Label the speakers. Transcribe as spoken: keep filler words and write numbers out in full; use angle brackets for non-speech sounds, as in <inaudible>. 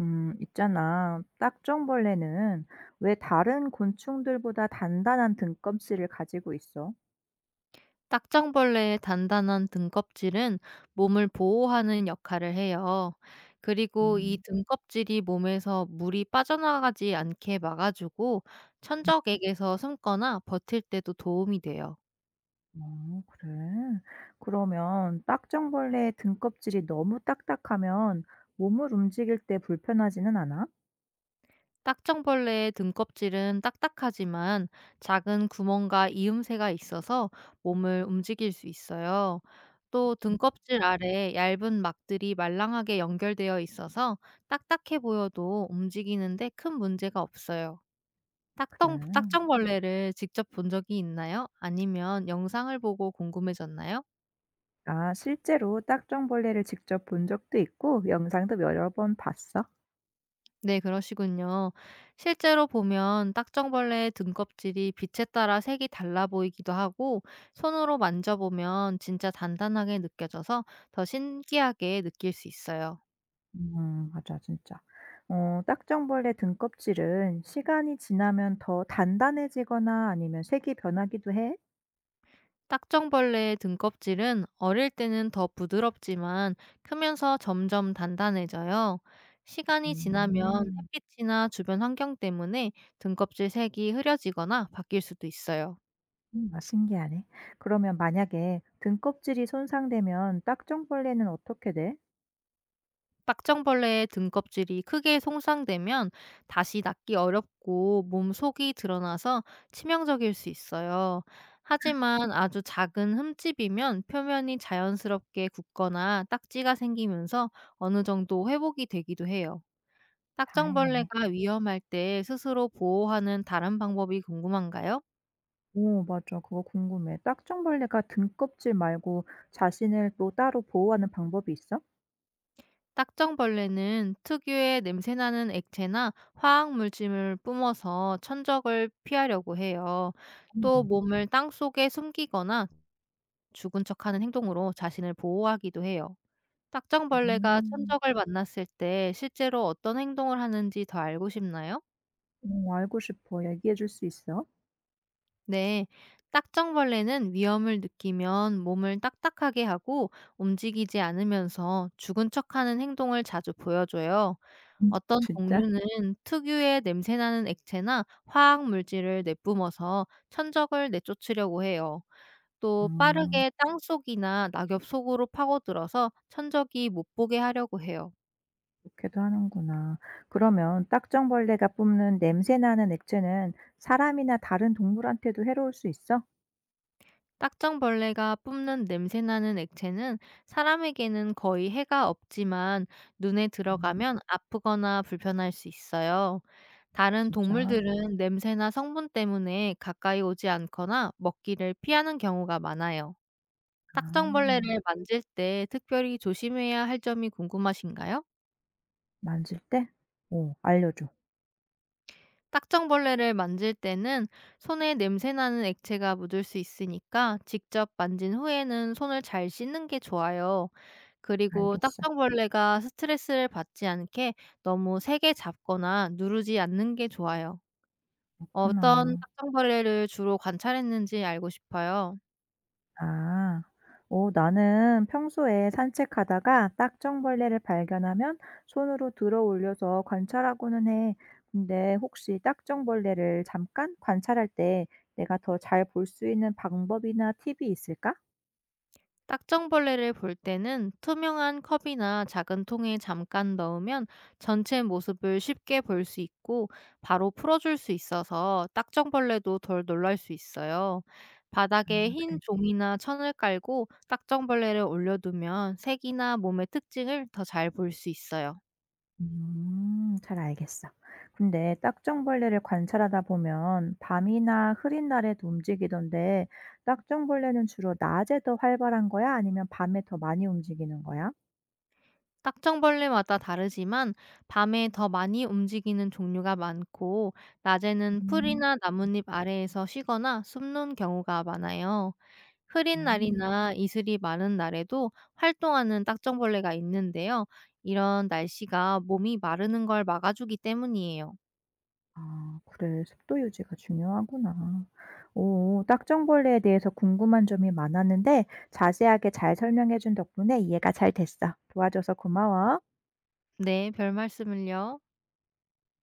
Speaker 1: 음, 있잖아. 딱정벌레는 왜 다른 곤충들보다 단단한 등껍질을 가지고 있어?
Speaker 2: 딱정벌레의 단단한 등껍질은 몸을 보호하는 역할을 해요. 그리고 이
Speaker 1: 음,
Speaker 2: 등껍질이 몸에서 물이 빠져나가지 않게 막아주고, 천적에게서 숨거나 버틸 때도 도움이 돼요.
Speaker 1: 어, 그래. 그러면 딱정벌레의 등껍질이 너무 딱딱하면 몸을 움직일 때 불편하지는 않아?
Speaker 2: 딱정벌레의 등껍질은 딱딱하지만, 작은 구멍과 이음새가 있어서 몸을 움직일 수 있어요. 또 등껍질 아래 얇은 막들이 말랑하게 연결되어 있어서, 딱딱해 보여도 움직이는데 큰 문제가 없어요.
Speaker 1: 그래.
Speaker 2: 딱정, 딱정벌레를 직접 본 적이 있나요? 아니면 영상을 보고 궁금해졌나요?
Speaker 1: 아, 실제로 딱정벌레를 직접 본 적도 있고 영상도 여러 번 봤어.
Speaker 2: 네, 그러시군요. 실제로 보면 딱정벌레의 등껍질이 빛에 따라 색이 달라 보이기도 하고, 손으로 만져보면 진짜 단단하게 느껴져서 더 신기하게 느낄 수 있어요.
Speaker 1: 음, 맞아, 진짜. 어 딱정벌레 등껍질은 시간이 지나면 더 단단해지거나 아니면 색이 변하기도 해?
Speaker 2: 딱정벌레의 등껍질은 어릴 때는 더 부드럽지만, 크면서 점점 단단해져요. 시간이 지나면
Speaker 1: 음.
Speaker 2: 햇빛이나 주변 환경 때문에 등껍질 색이 흐려지거나 바뀔 수도 있어요.
Speaker 1: 음 아, 신기하네. 그러면 만약에 등껍질이 손상되면 딱정벌레는 어떻게 돼?
Speaker 2: 박정벌레의 등껍질이 크게 손상되면, 다시 낫기 어렵고 몸 속이 드러나서 치명적일 수 있어요. 하지만 아주 작은 흠집이면, 표면이 자연스럽게 굳거나 딱지가 생기면서 어느 정도 회복이 되기도 해요.
Speaker 1: 다행이네.
Speaker 2: 딱정벌레가 위험할 때 스스로 보호하는 다른 방법이 궁금한가요?
Speaker 1: 오, 맞아. 그거 궁금해. 딱정벌레가 등껍질 말고 자신을 또 따로 보호하는 방법이 있어? 어.
Speaker 2: 딱정벌레는 특유의 냄새나는 액체나 화학 물질을 뿜어서 천적을 피하려고 해요. 또 몸을 땅 속에 숨기거나 죽은 척하는 행동으로 자신을 보호하기도 해요. 딱정벌레가
Speaker 1: 음.
Speaker 2: 천적을 만났을 때 실제로 어떤 행동을 하는지 더 알고 싶나요?
Speaker 1: 어, 알고 싶어. 얘기해 줄 수 있어?
Speaker 2: 네. 딱정벌레는 위험을 느끼면 몸을 딱딱하게 하고 움직이지 않으면서 죽은 척하는 행동을 자주 보여줘요.
Speaker 1: <laughs>
Speaker 2: 어떤
Speaker 1: 진짜?
Speaker 2: 종류는 특유의 냄새나는 액체나 화학 물질을 내뿜어서 천적을 내쫓으려고 해요. 또
Speaker 1: 음.
Speaker 2: 빠르게 땅속이나 낙엽 속으로 파고들어서 천적이 못 보게 하려고 해요.
Speaker 1: 그렇게도 하는구나. 그러면 딱정벌레가 뿜는 냄새 나는 액체는 사람이나 다른 동물한테도 해로울 수 있어?
Speaker 2: 딱정벌레가 뿜는 냄새나는 액체는 사람에게는 거의 해가 없지만, 눈에
Speaker 1: 음,
Speaker 2: 들어가면 아프거나 불편할 수 있어요. 다른
Speaker 1: 진짜?
Speaker 2: 동물들은 냄새나 성분 때문에 가까이 오지 않거나 먹기를 피하는 경우가 많아요.
Speaker 1: 아,
Speaker 2: 딱정벌레를 만질 때 특별히 조심해야 할 점이 궁금하신가요?
Speaker 1: 만질 때? 오, 알려줘.
Speaker 2: 딱정벌레를 만질 때는 손에 냄새나는 액체가 묻을 수 있으니까, 직접 만진 후에는 손을 잘 씻는 게 좋아요. 그리고
Speaker 1: 알겠어.
Speaker 2: 딱정벌레가 스트레스를 받지 않게 너무 세게 잡거나 누르지 않는 게 좋아요. 어떤
Speaker 1: 그렇구나.
Speaker 2: 딱정벌레를 주로 관찰했는지 알고 싶어요.
Speaker 1: 아. 오, 나는 평소에 산책하다가 딱정벌레를 발견하면 손으로 들어 올려서 관찰하고는 해. 근데 혹시 딱정벌레를 잠깐 관찰할 때 내가 더 잘 볼 수 있는 방법이나 팁이 있을까?
Speaker 2: 딱정벌레를 볼 때는 투명한 컵이나 작은 통에 잠깐 넣으면 전체 모습을 쉽게 볼 수 있고, 바로 풀어줄 수 있어서 딱정벌레도 덜 놀랄 수 있어요.
Speaker 1: 아,
Speaker 2: 바닥에 흰
Speaker 1: 그래.
Speaker 2: 종이나 천을 깔고 딱정벌레를 올려두면 색이나 몸의 특징을 더 잘 볼 수 있어요.
Speaker 1: 음. 잘 알겠어. 근데 딱정벌레를 관찰하다 보면 밤이나 흐린 날에도 움직이던데 딱정벌레는 주로 낮에 더 활발한 거야? 아니면 밤에 더 많이 움직이는 거야?
Speaker 2: 딱정벌레마다 다르지만, 밤에 더 많이 움직이는 종류가 많고, 낮에는
Speaker 1: 음.
Speaker 2: 풀이나 나뭇잎 아래에서 쉬거나 숨는 경우가 많아요. 흐린
Speaker 1: 음.
Speaker 2: 날이나 이슬이 많은 날에도 활동하는 딱정벌레가 있는데요. 이런 날씨가 몸이 마르는 걸 막아주기 때문이에요.
Speaker 1: 아, 그래. 습도 유지가 중요하구나. 오, 딱정벌레에 대해서 궁금한 점이 많았는데 자세하게 잘 설명해 준 덕분에 이해가 잘 됐어. 도와줘서 고마워.
Speaker 2: 네, 별 말씀을요.